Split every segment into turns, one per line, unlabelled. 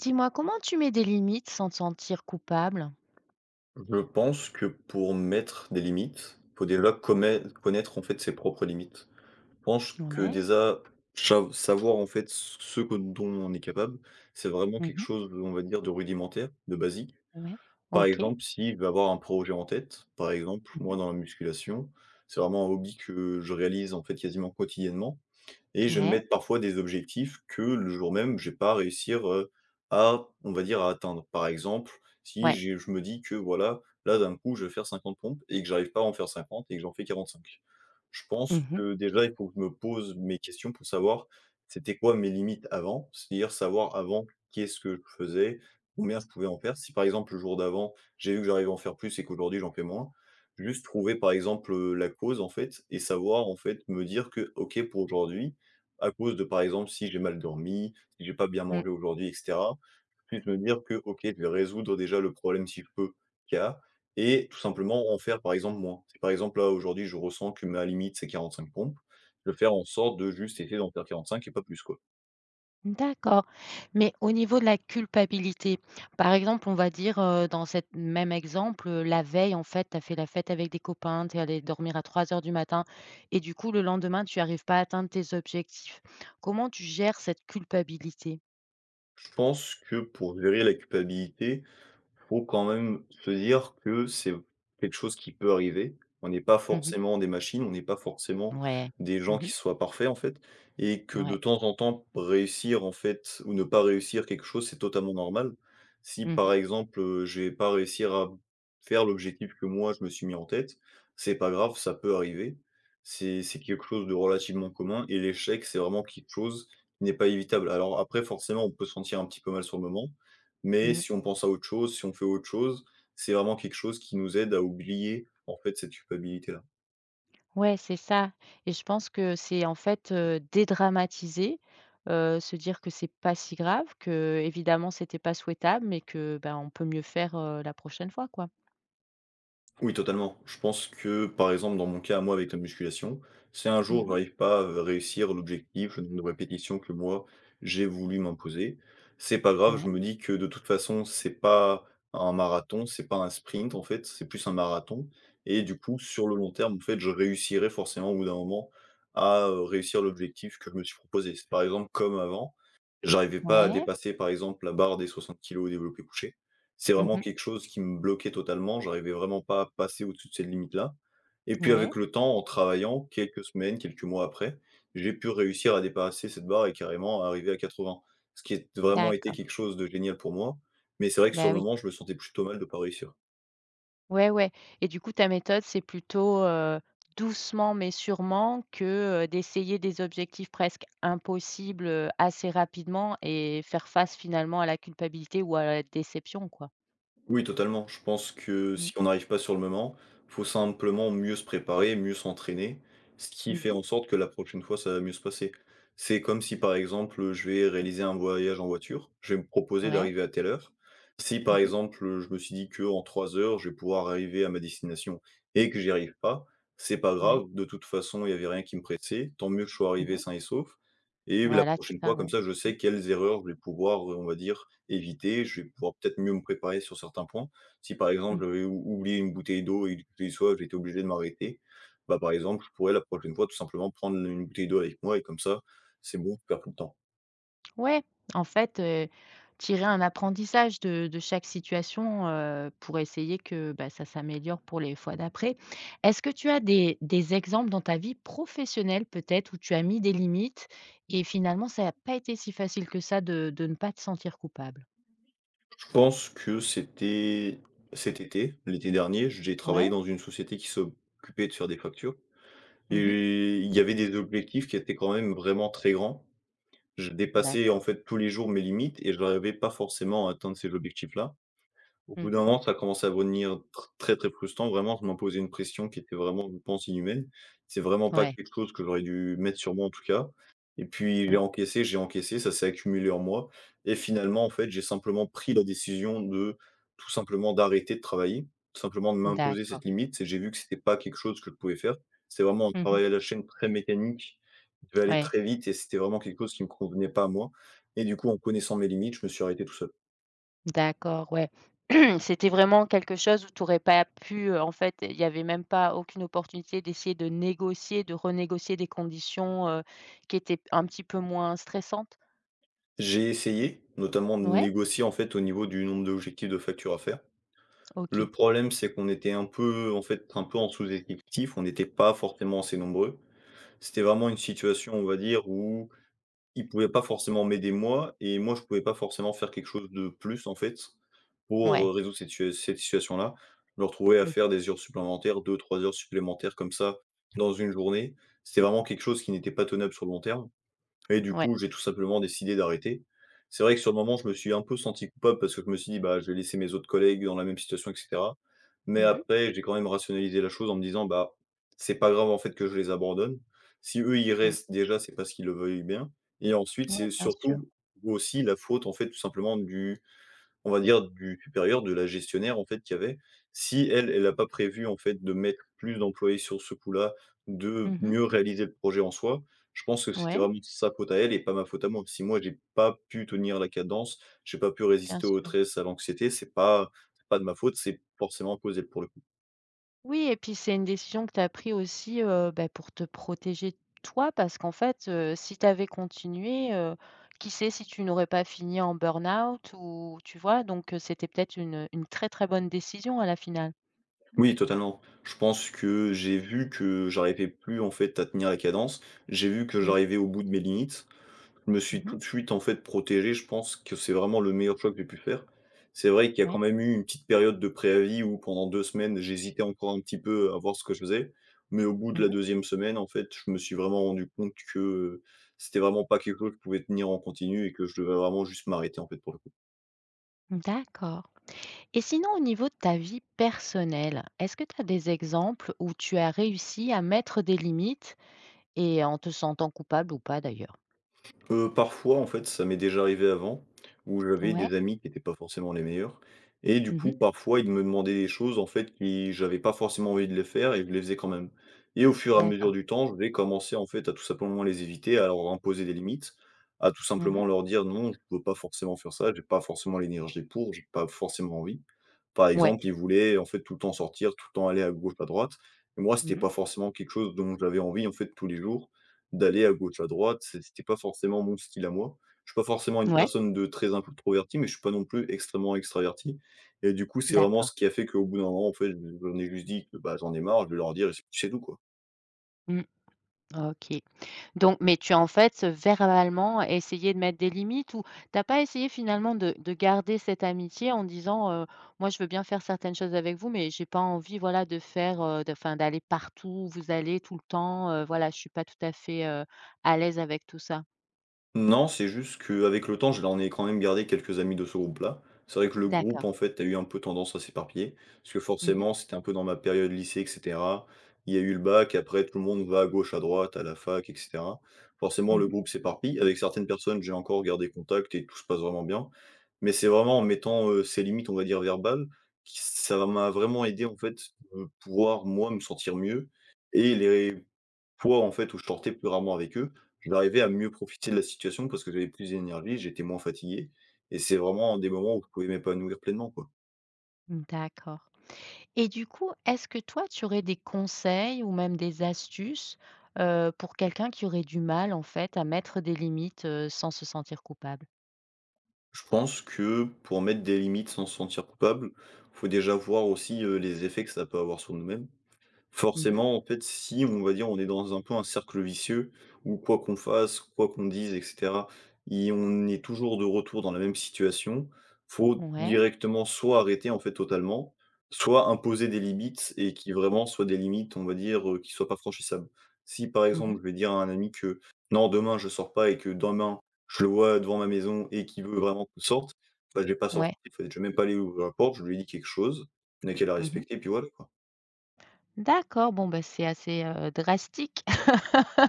Dis-moi, comment tu mets des limites sans te sentir coupable?
Je pense que pour mettre des limites, faut déjà commet connaître en fait ses propres limites. Je pense que
Ouais.
déjà chav savoir en fait ce que dont on est capable, c'est vraiment quelque
Mmh.
chose, on va dire, de rudimentaire, de basique.
Ouais,
Par
OK.
exemple, si je vais avoir un projet en tête, par exemple, moi
Mmh.
dans la musculation, c'est vraiment un hobby que je réalise en fait quasiment quotidiennement et je vais me
Ouais,
mettre parfois des objectifs que le jour même, je vais pas réussir, à, on va dire, à atteindre. Par exemple, si
ouais.
j'ai je me dis que voilà, là d'un coup je vais faire 50 pompes et que j'arrive pas à en faire 50 et que j'en fais 45. Je pense
Mmh mh.
que déjà il faut que je me pose mes questions pour savoir c'était quoi mes limites avant, c'est-à-dire savoir avant qu'est-ce que je faisais, combien je pouvais en faire. Si par exemple le jour d'avant, j'ai vu que j'arrivais à en faire plus et qu'aujourd'hui j'en fais moins, juste trouver par exemple, la cause en fait et savoir en fait me dire que: «OK pour aujourd'hui, à cause de, par exemple, si j'ai mal dormi, si j'ai pas bien
Mmh.
mangé aujourd'hui et cetera. Plus me dire que: «OK, je vais résoudre déjà le problème, si je peux, qu'il y a et tout simplement en faire, par exemple, moins». Si par exemple, là, aujourd'hui, je ressens que ma limite, c'est 45 pompes, je vais faire en sorte de juste essayer d'en faire 45 et pas plus, quoi.
D'accord, mais au niveau de la culpabilité, par exemple, on va dire, dans cet même exemple, la veille, en fait, tu as fait la fête avec des copains, tu es allé dormir à 3 heures du matin et du coup, le lendemain, tu arrives pas à atteindre tes objectifs. Comment tu gères cette culpabilité?
Je pense que pour gérer la culpabilité, faut quand même se dire que c'est quelque chose qui peut arriver. On n'est pas
Mmh.
forcément des machines, on n'est pas forcément
Ouais.
des gens
Mmh.
qui soient parfaits, en fait, et que de
Ouais.
temps en temps, réussir, en fait, ou ne pas réussir quelque chose, c'est totalement normal. Si, par
Mmh
exemple, je vais pas réussir à faire l'objectif que moi je me suis mis en tête, c'est pas grave, ça peut arriver. C'est quelque chose de relativement commun et l'échec, c'est vraiment quelque chose qui n'est pas évitable. Alors après, forcément, on peut se sentir un petit peu mal sur le moment, mais
mh.
si on pense à autre chose, si on fait autre chose, c'est vraiment quelque chose qui nous aide à oublier, en fait, cette culpabilité-là.
Ouais, c'est ça, et je pense que c'est, en fait, dédramatiser, se dire que c'est pas si grave, que évidemment c'était pas souhaitable, mais que, ben, on peut mieux faire, la prochaine fois, quoi.
Oui, totalement. Je pense que, par exemple, dans mon cas, à moi, avec la musculation, si un jour
Mmh.
j'arrive pas à réussir l'objectif, le nombre de répétitions que moi j'ai voulu m'imposer, c'est pas grave. Je me
Ouais,
dis que de toute façon, c'est pas un marathon, c'est pas un sprint en fait, c'est plus un marathon. Et du coup, sur le long terme, en fait, je réussirai forcément au bout d'un moment à réussir l'objectif que je me suis proposé. C'est par exemple comme avant, j'arrivais pas à
ouais.
dépasser, par exemple, la barre des 60 kilos au développé couché. C'est vraiment
Mmh.
quelque chose qui me bloquait totalement, j'arrivais vraiment pas à passer au-dessus de cette limite-là et puis
Ouais,
avec le temps, en travaillant, quelques semaines, quelques mois après, j'ai pu réussir à dépasser cette barre et carrément arriver à 80. Ce qui est vraiment été
d'accord.
quelque chose de génial pour moi, mais c'est vrai que sur
Bah,
le
oui.
moment, je me sentais plutôt mal de pas réussir.
Ouais, ouais, et du coup, ta méthode, c'est plutôt, doucement mais sûrement, que d'essayer des objectifs presque impossibles, assez rapidement et faire face finalement à la culpabilité ou à la déception, quoi?
Oui, totalement. Je pense que
Mmh.
si on n'arrive pas sur le moment, faut simplement mieux se préparer, mieux s'entraîner, ce qui fait
Mmh.
en sorte que la prochaine fois, ça va mieux se passer. C'est comme si, par exemple, je vais réaliser un voyage en voiture, je vais me proposer
Ouais.
d'arriver à telle heure. Si, par
Mmh.
exemple, je me suis dit que en 3 heures, je vais pouvoir arriver à ma destination et que j'y arrive pas, c'est pas
Ouais.
grave. De toute façon, il y avait rien qui me pressait. Tant mieux que je sois arrivé
Mmh.
sain et sauf. Et la
Voilà, c'est
prochaine fois,
ça, ouais.
comme ça, je sais quelles erreurs je vais pouvoir, on va dire, éviter, je vais pouvoir peut-être mieux me préparer sur certains points. Si par
Mmh mh.
exemple, j'avais ou oublié une bouteille d'eau et que j'ai soif, j'étais obligé de m'arrêter, bah, par exemple, je pourrais la prochaine fois tout simplement prendre une bouteille d'eau avec moi et comme ça, c'est bon, je perds plus de temps.
Ouais, en fait, tirer un apprentissage de chaque situation, pour essayer que, bah, ça s'améliore pour les fois d'après. Est-ce que tu as des exemples dans ta vie professionnelle peut-être où tu as mis des limites et finalement ça n'a pas été si facile que ça de ne pas te sentir coupable?
Je pense que c'était cet été, l'été dernier, j'ai travaillé
Ouais.
dans une société qui s'occupait de faire des factures
Mmh.
et il y avait des objectifs qui étaient quand même vraiment très grands. Je dépassais en
D'accord.
fait tous les jours mes limites et je n'arrivais pas forcément à atteindre ces objectifs-là. Au bout d'un
Mmh.
an, ça a commencé à devenir tr très, très frustrant. Vraiment, je m'imposais une pression qui était vraiment, je pense, inhumaine. C'est vraiment pas
Ouais.
quelque chose que j'aurais dû mettre sur moi, en tout cas. Et puis,
Mmh.
j'ai encaissé, ça s'est accumulé en moi et finalement, en fait, j'ai simplement pris la décision de, tout simplement, d'arrêter de travailler, tout simplement de m'imposer cette
D'accord.
limite et j'ai vu que c'était pas quelque chose que je pouvais faire. C'est vraiment un
Mmh.
travail à la chaîne très mécanique, qui devait aller
Ouais.
très vite et c'était vraiment quelque chose qui me convenait pas à moi et du coup, en connaissant mes limites, je me suis arrêté tout seul.
D'accord, ouais. C'était vraiment quelque chose où tu n'aurais pas pu, en fait, il n'y avait même pas aucune opportunité d'essayer de négocier, de renégocier des conditions, qui étaient un petit peu moins stressantes?
J'ai essayé, notamment de
Ouais?
négocier en fait au niveau du nombre d'objectifs de factures à faire.
OK.
Le problème, c'est qu'on était un peu, en fait, un peu en sous-effectif, on n'était pas forcément assez nombreux. C'était vraiment une situation, on va dire, où ils pouvaient pas forcément m'aider moi, et moi je pouvais pas forcément faire quelque chose de plus en fait pour
Ouais.
résoudre cette situation-là. Je me retrouvais à faire
Mmh.
des heures supplémentaires, deux, trois heures supplémentaires comme ça dans une journée. C'était vraiment quelque chose qui n'était pas tenable sur le long terme. Et du
Ouais.
coup, j'ai tout simplement décidé d'arrêter. C'est vrai que sur le moment, je me suis un peu senti coupable parce que je me suis dit: «Bah, je vais laisser mes autres collègues dans la même situation et cetera». Mais
Mmh mh.
après, j'ai quand même rationalisé la chose en me disant: «Bah, c'est pas grave en fait que je les abandonne. Si eux ils
Mmh.
restent déjà, c'est parce qu'ils le veuillent bien» et ensuite,
Ouais,
c'est
bien sûr.
surtout aussi la faute en fait tout simplement du on va dire du supérieur, de la gestionnaire en fait qu'il y avait. Si elle, elle n'a pas prévu en fait de mettre plus d'employés sur ce coup-là, de
Mmh.
mieux réaliser le projet en soi, je pense que c'était
Ouais,
vraiment sa faute à elle et pas ma faute à moi. Si moi j'ai pas pu tenir la cadence, j'ai pas pu
bien
résister au
sûr.
stress, à l'anxiété, c'est pas de ma faute, c'est forcément à cause d'elle pour le coup.
Oui, et puis c'est une décision que tu as pris aussi, bah, pour te protéger toi, parce qu'en fait, si tu avais continué, qui sait si tu n'aurais pas fini en burn-out, ou tu vois? Donc, c'était peut-être une très, très bonne décision à la finale.
Oui, totalement. Je pense que j'ai vu que j'arrivais plus en fait à tenir la cadence, j'ai vu que
Mmh.
j'arrivais au bout de mes limites. Je me suis tout
Mmh.
de suite, en fait, protégé. Je pense que c'est vraiment le meilleur choix que j'ai pu faire. C'est vrai qu'il y a
Ouais.
quand même eu une petite période de préavis où pendant 2 semaines, j'hésitais encore un petit peu à voir ce que je faisais. Mais au bout de la
Mmh.
deuxième semaine, en fait, je me suis vraiment rendu compte que, c'était vraiment pas quelque chose que je pouvais tenir en continu et que je devais vraiment juste m'arrêter, en fait, pour le coup.
D'accord. Et sinon, au niveau de ta vie personnelle, est-ce que tu as des exemples où tu as réussi à mettre des limites, et en te sentant coupable ou pas d'ailleurs?
Parfois, en fait, ça m'est déjà arrivé avant, où j'avais
Ouais.
des amis qui n'étaient pas forcément les meilleurs et du
Mmh.
coup, parfois, ils me demandaient des choses, en fait, qui j'avais pas forcément envie de les faire et je les faisais quand même et au fur et à mesure
D'accord.
du temps, je vais commencer, en fait, à tout simplement les éviter, à leur imposer des limites, à tout simplement
Mmh.
leur dire: «Non, je peux pas forcément faire ça, j'ai pas forcément l'énergie pour, j'ai pas forcément envie». Par
Ouais.
exemple, ils voulaient, en fait, tout le temps sortir, tout le temps aller à gauche, à droite et moi, c'était
Mmh.
pas forcément quelque chose dont j'avais envie, en fait, tous les jours d'aller à gauche, à droite, c'était pas forcément mon style à moi. Je suis pas forcément une
Ouais.
personne de très introvertie, mais je suis pas non plus extrêmement extraverti et du coup, c'est vraiment
D'accord.
ce qui a fait qu'au bout d'un moment, en fait, j'en ai juste dit que, bah, j'en ai marre, je vais leur dire et c'est tout, quoi.
Mmh, OK. Donc, mais tu as, en fait, verbalement essayé de mettre des limites, ou t'as pas essayé finalement de garder cette amitié en disant, «Moi, je veux bien faire certaines choses avec vous, mais j'ai pas envie, voilà, de faire, de enfin, d'aller partout où vous allez tout le temps, voilà, je suis pas tout à fait, à l'aise avec tout ça».
Non, c'est juste qu'avec le temps, je l'en ai quand même gardé quelques amis de ce groupe-là. C'est vrai que le groupe,
D'accord.
en fait, a eu un peu tendance à s'éparpiller, parce que
Mmh mh.
forcément, c'était un peu dans ma période lycée, et cetera. Il y a eu le bac, après, tout le monde va à gauche, à droite, à la fac, et cetera. Forcément, le
Mmh.
groupe s'éparpille. Avec certaines personnes, j'ai encore gardé contact et tout se passe vraiment bien. Mais c'est vraiment en mettant ces limites, on va dire, verbales, ça m'a vraiment aidé, en fait, pouvoir, moi, me sentir mieux et les fois, en fait, où je sortais plus rarement avec eux. J'arrivais à mieux profiter de la situation parce que j'avais plus d'énergie, j'étais moins fatigué et c'est vraiment des moments où je pouvais m'épanouir pleinement, quoi.
Mmh, d'accord. Et du coup, est-ce que toi, tu aurais des conseils ou même des astuces, pour quelqu'un qui aurait du mal, en fait, à mettre des limites, sans se sentir coupable?
Je pense que pour mettre des limites sans se sentir coupable, faut déjà voir aussi, les effets que ça peut avoir sur nous-mêmes.
Mmh mh.
Forcément, en fait, si on va dire, on est dans un peu un cercle vicieux où quoi qu'on fasse, quoi qu'on dise et cetera, i on est toujours de retour dans la même situation. Faut
Ouais.
directement soit arrêter, en fait, totalement, soit imposer des limites et qui vraiment soient des limites, on va dire, qui soient pas franchissables. Si, par
Mmh
exemple,
mh.
je vais dire à un ami que: «Non, demain je sors pas» et que demain, je le vois devant ma maison et qu'il veut vraiment qu'on sorte, bah, je vais pas sortir,
Ouais.
en fait, je vais même pas aller ouvrir la porte, je lui ai dit quelque chose, il y a qu'à la
Mmh mh.
respecter puis voilà, quoi.
D'accord, bon, bah, c'est assez, drastique.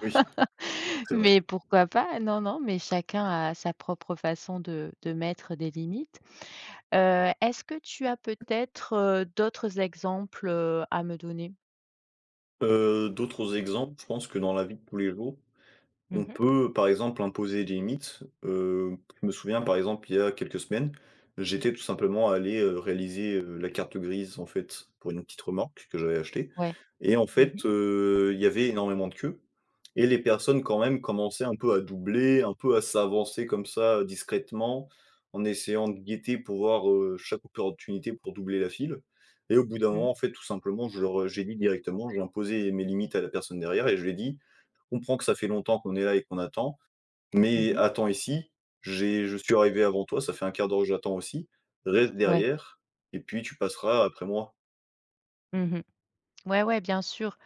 Oui, c'est vrai.
Mais pourquoi pas? Non, non, mais chacun a sa propre façon de mettre des limites. Est-ce que tu as peut-être, d'autres exemples, à me donner?
D'autres exemples, je pense que dans la vie de tous les jours,
Mmh
on
mh.
peut, par exemple, imposer des limites. Je me souviens, par exemple, il y a quelques semaines, j'étais tout simplement allé, réaliser, la carte grise, en fait, pour une petite remorque que j'avais achetée
Ouais.
et en
Mmh mh.
fait, il y avait énormément de queues et les personnes, quand même, commençaient un peu à doubler, un peu à s'avancer comme ça, discrètement, en essayant de guetter pour voir, chaque opportunité pour doubler la file et au bout d'un moment,
Mmh.
en fait, tout simplement, j'ai dit directement, j'ai imposé mes limites à la personne derrière et je lui ai dit: comprends que ça fait longtemps qu'on est là et qu'on attend,
Mmh
mais
mh.
attends ici, j'ai je suis arrivé avant toi, ça fait un quart d'heure que j'attends aussi, reste
Ouais.
derrière et puis tu passeras après moi».
Mmh mh. Ouais, ouais, bien sûr.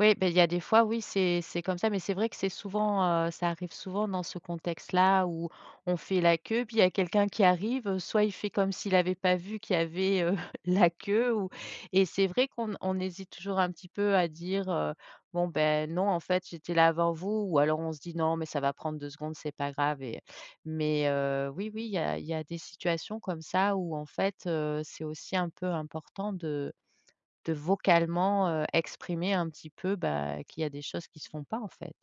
Oui, ben il y a des fois, oui, c'est comme ça, mais c'est vrai que c'est souvent, ça arrive souvent dans ce contexte-là où on fait la queue, puis il y a quelqu'un qui arrive, soit il fait comme s'il avait pas vu qu'il y avait, la queue, ou et c'est vrai qu'on hésite toujours un petit peu à dire, «Bon, ben non, en fait, j'étais là avant vous», ou alors on se dit: «Non, mais ça va prendre 2 secondes, c'est pas grave», et mais oui, oui, il y a des situations comme ça où, en fait, c'est aussi un peu important de vocalement, exprimer un petit peu, bah, qu'il y a des choses qui se font pas en fait.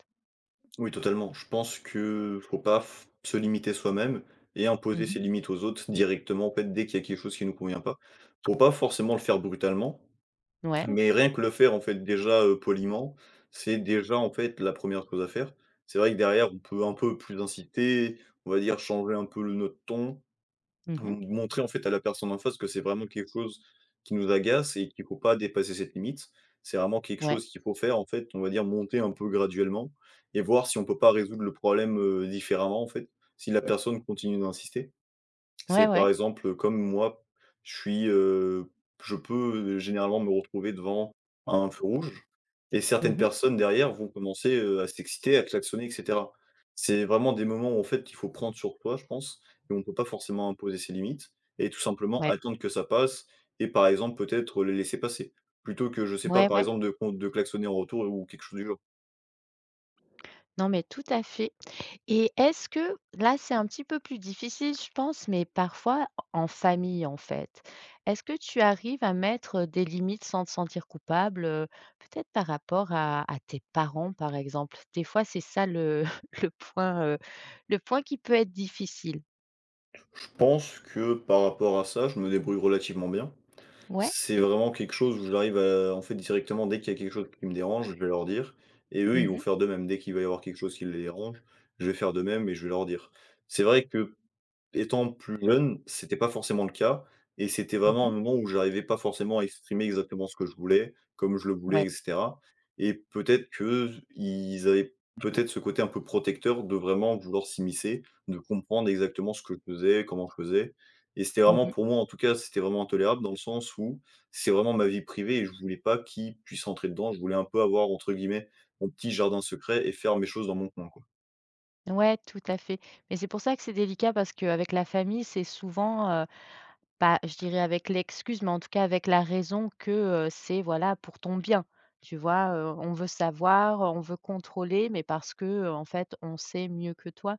Oui, totalement. Je pense que faut pas f se limiter soi-même et imposer
Mmh.
ses limites aux autres directement, en fait, dès qu'il y a quelque chose qui nous convient pas. Faut pas forcément le faire brutalement,
Ouais.
mais rien que le faire, en fait, déjà, poliment, c'est déjà, en fait, la première chose à faire. C'est vrai que derrière, on peut un peu plus inciter, on va dire changer un peu le notre ton,
Mmh.
M montrer en fait à la personne en face que c'est vraiment quelque chose qui nous agace et qu'il faut pas dépasser cette limite. C'est vraiment quelque
Ouais.
chose qu'il faut faire en fait, on va dire monter un peu graduellement et voir si on peut pas résoudre le problème, différemment en fait, si la personne continue d'insister.
Ouais,
C'est par
ouais.
exemple comme moi, je suis, je peux généralement me retrouver devant un feu rouge et certaines
Mmh.
personnes derrière vont commencer, à s'exciter, à klaxonner et cetera. C'est vraiment des moments où en fait il faut prendre sur toi je pense et on ne peut pas forcément imposer ses limites et tout simplement
Ouais.
attendre que ça passe et par exemple peut-être les laisser passer. Plutôt que je sais pas
Ouais,
par
ouais.
exemple de klaxonner en retour ou quelque chose du genre.
Non, mais tout à fait, et est-ce que là, c'est un petit peu plus difficile, je pense, mais parfois en famille, en fait. Est-ce que tu arrives à mettre des limites sans te sentir coupable, peut-être par rapport à tes parents, par exemple? Des fois, c'est ça le le le point qui peut être difficile.
Je pense que par rapport à ça, je me débrouille relativement bien.
Ouais?
C'est vraiment quelque chose où j'arrive à en fait, directement, dès qu'il y a quelque chose qui me dérange, je vais leur dire et eux, ils
Mmh
vont
mh.
faire de même. Dès qu'il va y avoir quelque chose qui les dérange, je vais faire de même et je vais leur dire. C'est vrai que étant plus jeune, c'était pas forcément le cas et c'était vraiment
Mmh.
un moment où j'arrivais pas forcément à exprimer exactement ce que je voulais, comme je le voulais
Ouais.
et cetera et peut-être qu'ils avaient peut-être ce côté un peu protecteur de vraiment vouloir s'immiscer, de comprendre exactement ce que je faisais, comment je faisais et c'était
Mmh
vraiment
mh.
pour moi, en tout cas, c'était vraiment intolérable dans le sens où c'est vraiment ma vie privée et je voulais pas qu'ils puissent entrer dedans. Je voulais un peu avoir, entre guillemets, «mon petit jardin secret» et faire mes choses dans mon coin, quoi.
Ouais, tout à fait. Mais c'est pour ça que c'est délicat, parce qu'avec la famille, c'est souvent, bah, je dirais avec l'excuse, mais en tout cas avec la raison que, c'est voilà pour ton bien. Tu vois? On veut savoir, on veut contrôler, mais parce que, en fait, on sait mieux que toi.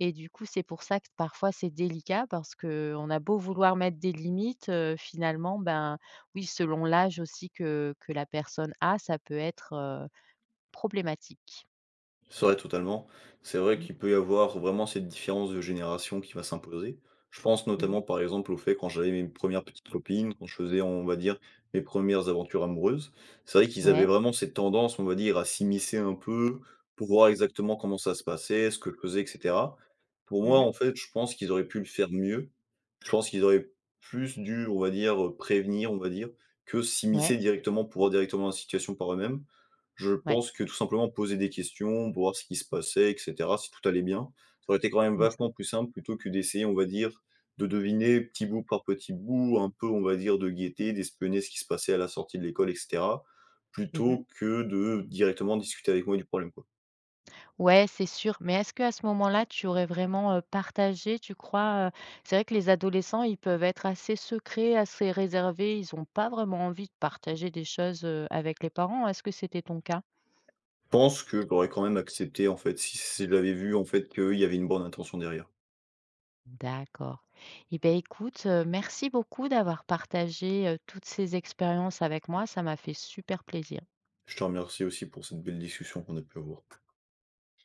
Et du coup, c'est pour ça que parfois c'est délicat, parce qu'on a beau vouloir mettre des limites, finalement, ben, oui, selon l'âge aussi que la personne a, ça peut être, problématique.
C'est vrai, totalement. C'est vrai
Mmh.
qu'il peut y avoir vraiment cette différence de génération qui va s'imposer. Je pense notamment,
Mmh.
par exemple, au fait quand j'avais mes premières petites copines, quand je faisais, on va dire, mes premières aventures amoureuses. C'est vrai qu'ils avaient
Ouais.
vraiment cette tendance, on va dire, à s'immiscer un peu pour voir exactement comment ça se passait, ce que je faisais, et cetera. Pour moi,
Mmh.
en fait, je pense qu'ils auraient pu le faire mieux. Je pense qu'ils auraient plus dû, on va dire, prévenir, on va dire, que
Ouais.
s'immiscer directement pour voir directement la situation par eux-mêmes. Je
Ouais.
pense que tout simplement poser des questions pour voir ce qui se passait et cetera, si tout allait bien. Ça aurait été quand même
Mmh mh.
vachement plus simple plutôt que d'essayer, on va dire, de deviner petit bout par petit bout, un peu, on va dire, de guetter, d'espionner ce qui se passait à la sortie de l'école et cetera,
Mmh.
plutôt que de directement discuter avec moi du problème, quoi.
Ouais, c'est sûr, mais est-ce que à ce moment-là, tu aurais vraiment, partagé, tu crois, C'est vrai que les adolescents, ils peuvent être assez secrets, assez réservés, ils n'ont pas vraiment envie de partager des choses, avec les parents. Est-ce que c'était ton cas?
Je pense que j'aurais quand même accepté, en fait, si j'avais vu, en fait, qu'il y avait une bonne intention derrière.
D'accord. Et beh, écoute, merci beaucoup d'avoir partagé, toutes ces expériences avec moi, ça m'a fait super plaisir.
Je te remercie aussi pour cette belle discussion qu'on a pu avoir.